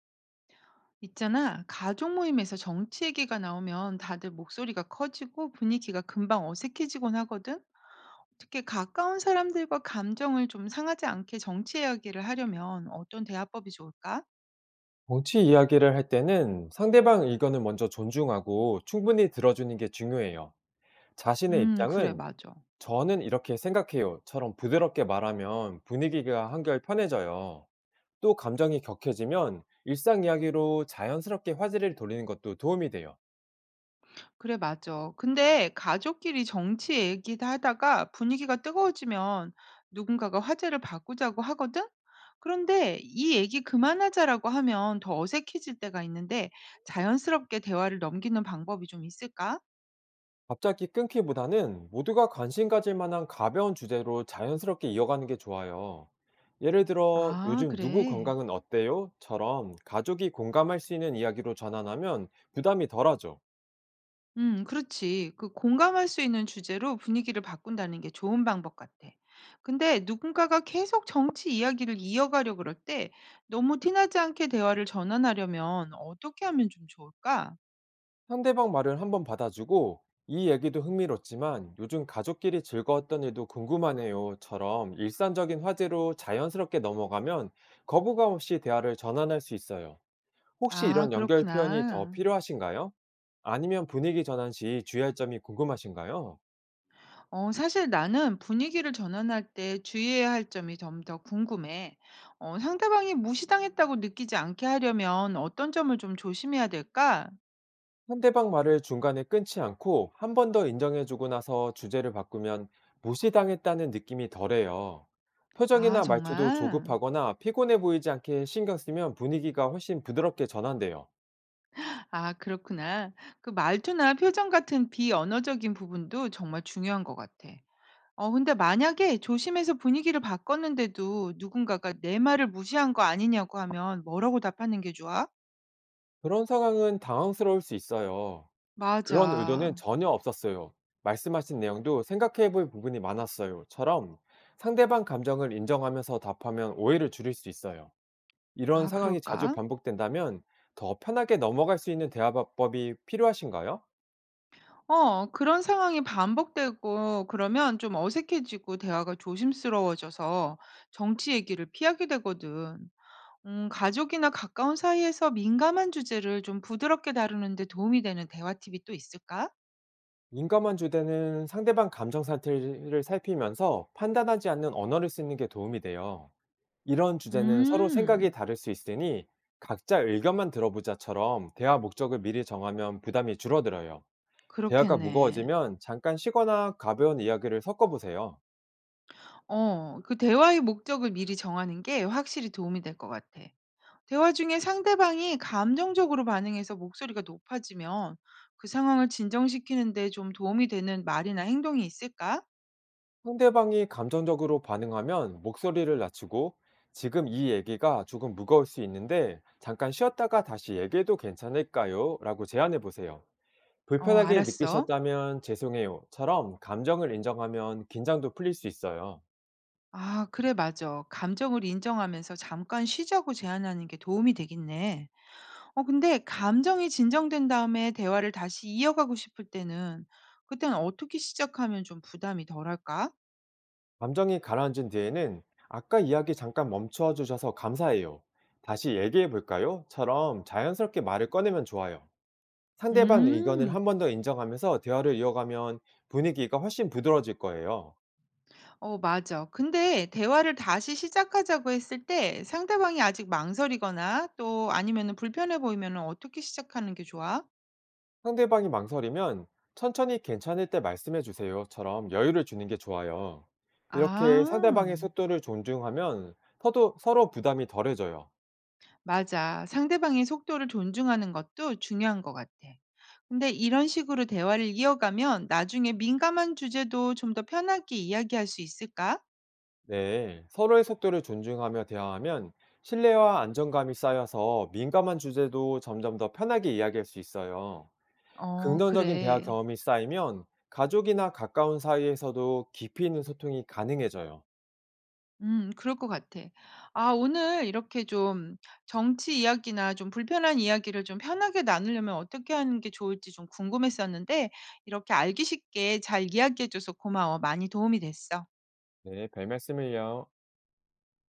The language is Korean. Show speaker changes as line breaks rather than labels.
있잖아, 가족 모임에서 정치 얘기가 나오면 다들 목소리가 커지고 분위기가 금방 어색해지곤 하거든? 특히 가까운 사람들과 감정을 좀 상하지 않게 정치 이야기를 하려면 어떤 대화법이 좋을까?
정치 이야기를 할 때는 상대방 의견을 먼저 존중하고 충분히 들어주는 게 중요해요. 자신의
그래,
입장은
맞아.
저는 이렇게 생각해요처럼 부드럽게 말하면 분위기가 한결 편해져요. 또 감정이 격해지면 일상 이야기로 자연스럽게 화제를 돌리는 것도 도움이 돼요.
그래, 맞아. 근데 가족끼리 정치 얘기도 하다가 분위기가 뜨거워지면 누군가가 화제를 바꾸자고 하거든? 그런데 이 얘기 그만하자라고 하면 더 어색해질 때가 있는데 자연스럽게 대화를 넘기는 방법이 좀 있을까?
갑자기 끊기보다는 모두가 관심 가질 만한 가벼운 주제로 자연스럽게 이어가는 게 좋아요. 예를 들어,
아
요즘 누구
그래.
건강은 어때요? 처럼 가족이 공감할 수 있는 이야기로 전환하면 부담이 덜하죠.
그렇지. 그 공감할 수 있는 주제로 분위기를 바꾼다는 게 좋은 방법 같아. 근데 누군가가 계속 정치 이야기를 이어가려 그럴 때 너무 티나지 않게 대화를 전환하려면 어떻게 하면 좀 좋을까?
상대방 말을 한번 받아주고, 이 얘기도 흥미롭지만 요즘 가족끼리 즐거웠던 일도 궁금하네요. 처럼 일상적인 화제로 자연스럽게 넘어가면 거부감 없이 대화를 전환할 수 있어요. 혹시
아
이런 연결 표현이 더
그렇구나.
필요하신가요? 아니면 분위기 전환 시 주의할 점이 궁금하신가요?
어 사실 나는 분위기를 전환할 때 주의해야 할 점이 좀 더 궁금해. 어 상대방이 무시당했다고 느끼지 않게 하려면 어떤 점을 좀 조심해야 될까?
상대방 말을 중간에 끊지 않고 한 번 더 인정해주고 나서 주제를 바꾸면 무시당했다는 느낌이 덜해요.
아
표정이나 말투도
정말?
조급하거나 피곤해 보이지 않게 신경 쓰면 분위기가 훨씬 부드럽게 전환돼요.
아, 그렇구나. 그 말투나 표정 같은 비언어적인 부분도 정말 중요한 것 같아. 어, 근데 만약에 조심해서 분위기를 바꿨는데도 누군가가 내 말을 무시한 거 아니냐고 하면 뭐라고 답하는 게 좋아?
그런 상황은 당황스러울 수 있어요. 그런 의도는
맞아.
전혀 없었어요. 말씀하신 내용도 생각해 볼 부분이 많았어요.처럼 상대방 감정을 인정하면서 답하면 오해를 줄일 수 있어요. 이런
아,
상황이 자주
그럴까?
반복된다면 더 편하게 넘어갈 수 있는 대화법이 필요하신가요?
어, 그런 상황이 반복되고 그러면 좀 어색해지고 대화가 조심스러워져서 정치 얘기를 피하게 되거든. 가족이나 가까운 사이에서 민감한 주제를 좀 부드럽게 다루는 데 도움이 되는 대화 팁이 또 있을까?
민감한 주제는 상대방 감정 상태를 살피면서 판단하지 않는 언어를 쓰는 게 도움이 돼요. 이런 주제는 서로 생각이
음,
다를 수 있으니 각자 의견만 들어보자처럼 대화 목적을 미리 정하면 부담이 줄어들어요. 대화가
그렇겠네.
무거워지면 잠깐 쉬거나 가벼운 이야기를 섞어보세요.
어, 그 대화의 목적을 미리 정하는 게 확실히 도움이 될 것 같아. 대화 중에 상대방이 감정적으로 반응해서 목소리가 높아지면 그 상황을 진정시키는데 좀 도움이 되는 말이나 행동이 있을까?
상대방이 감정적으로 반응하면 목소리를 낮추고 지금 이 얘기가 조금 무거울 수 있는데 잠깐 쉬었다가 다시 얘기해도 괜찮을까요? 라고 제안해 보세요.
어,
불편하게
알았어.
느끼셨다면 죄송해요.처럼 감정을 인정하면 긴장도 풀릴 수 있어요.
아, 그래, 맞아. 감정을 인정하면서 잠깐 쉬자고 제안하는 게 도움이 되겠네. 어 근데 감정이 진정된 다음에 대화를 다시 이어가고 싶을 때는 그때는 어떻게 시작하면 좀 부담이 덜할까?
감정이 가라앉은 뒤에는 아까 이야기 잠깐 멈춰 주셔서 감사해요. 다시 얘기해 볼까요? 처럼 자연스럽게 말을 꺼내면 좋아요. 상대방 의견을
음.
한 번 더 인정하면서 대화를 이어가면 분위기가 훨씬 부드러워질 거예요.
어 맞아. 근데 대화를 다시 시작하자고 했을 때 상대방이 아직 망설이거나 또 아니면은 불편해 보이면 어떻게 시작하는 게 좋아?
상대방이 망설이면 천천히 괜찮을 때 말씀해 주세요.처럼 여유를 주는 게 좋아요. 이렇게
아.
상대방의 속도를 존중하면 서로 부담이 덜해져요.
맞아. 상대방의 속도를 존중하는 것도 중요한 것 같아. 근데 이런 식으로 대화를 이어가면 나중에 민감한 주제도 좀 더 편하게 이야기할 수 있을까?
네, 서로의 속도를 존중하며 대화하면 신뢰와 안정감이 쌓여서 민감한 주제도 점점 더 편하게 이야기할 수 있어요.
어
긍정적인 대화
그래.
경험이 쌓이면 가족이나 가까운 사이에서도 깊이 있는 소통이 가능해져요.
그럴 것 같아. 아 오늘 이렇게 좀 정치 이야기나 좀 불편한 이야기를 좀 편하게 나누려면 어떻게 하는 게 좋을지 좀 궁금했었는데 이렇게 알기 쉽게 잘 이야기해 줘서 고마워. 많이 도움이 됐어.
네, 별 말씀을요.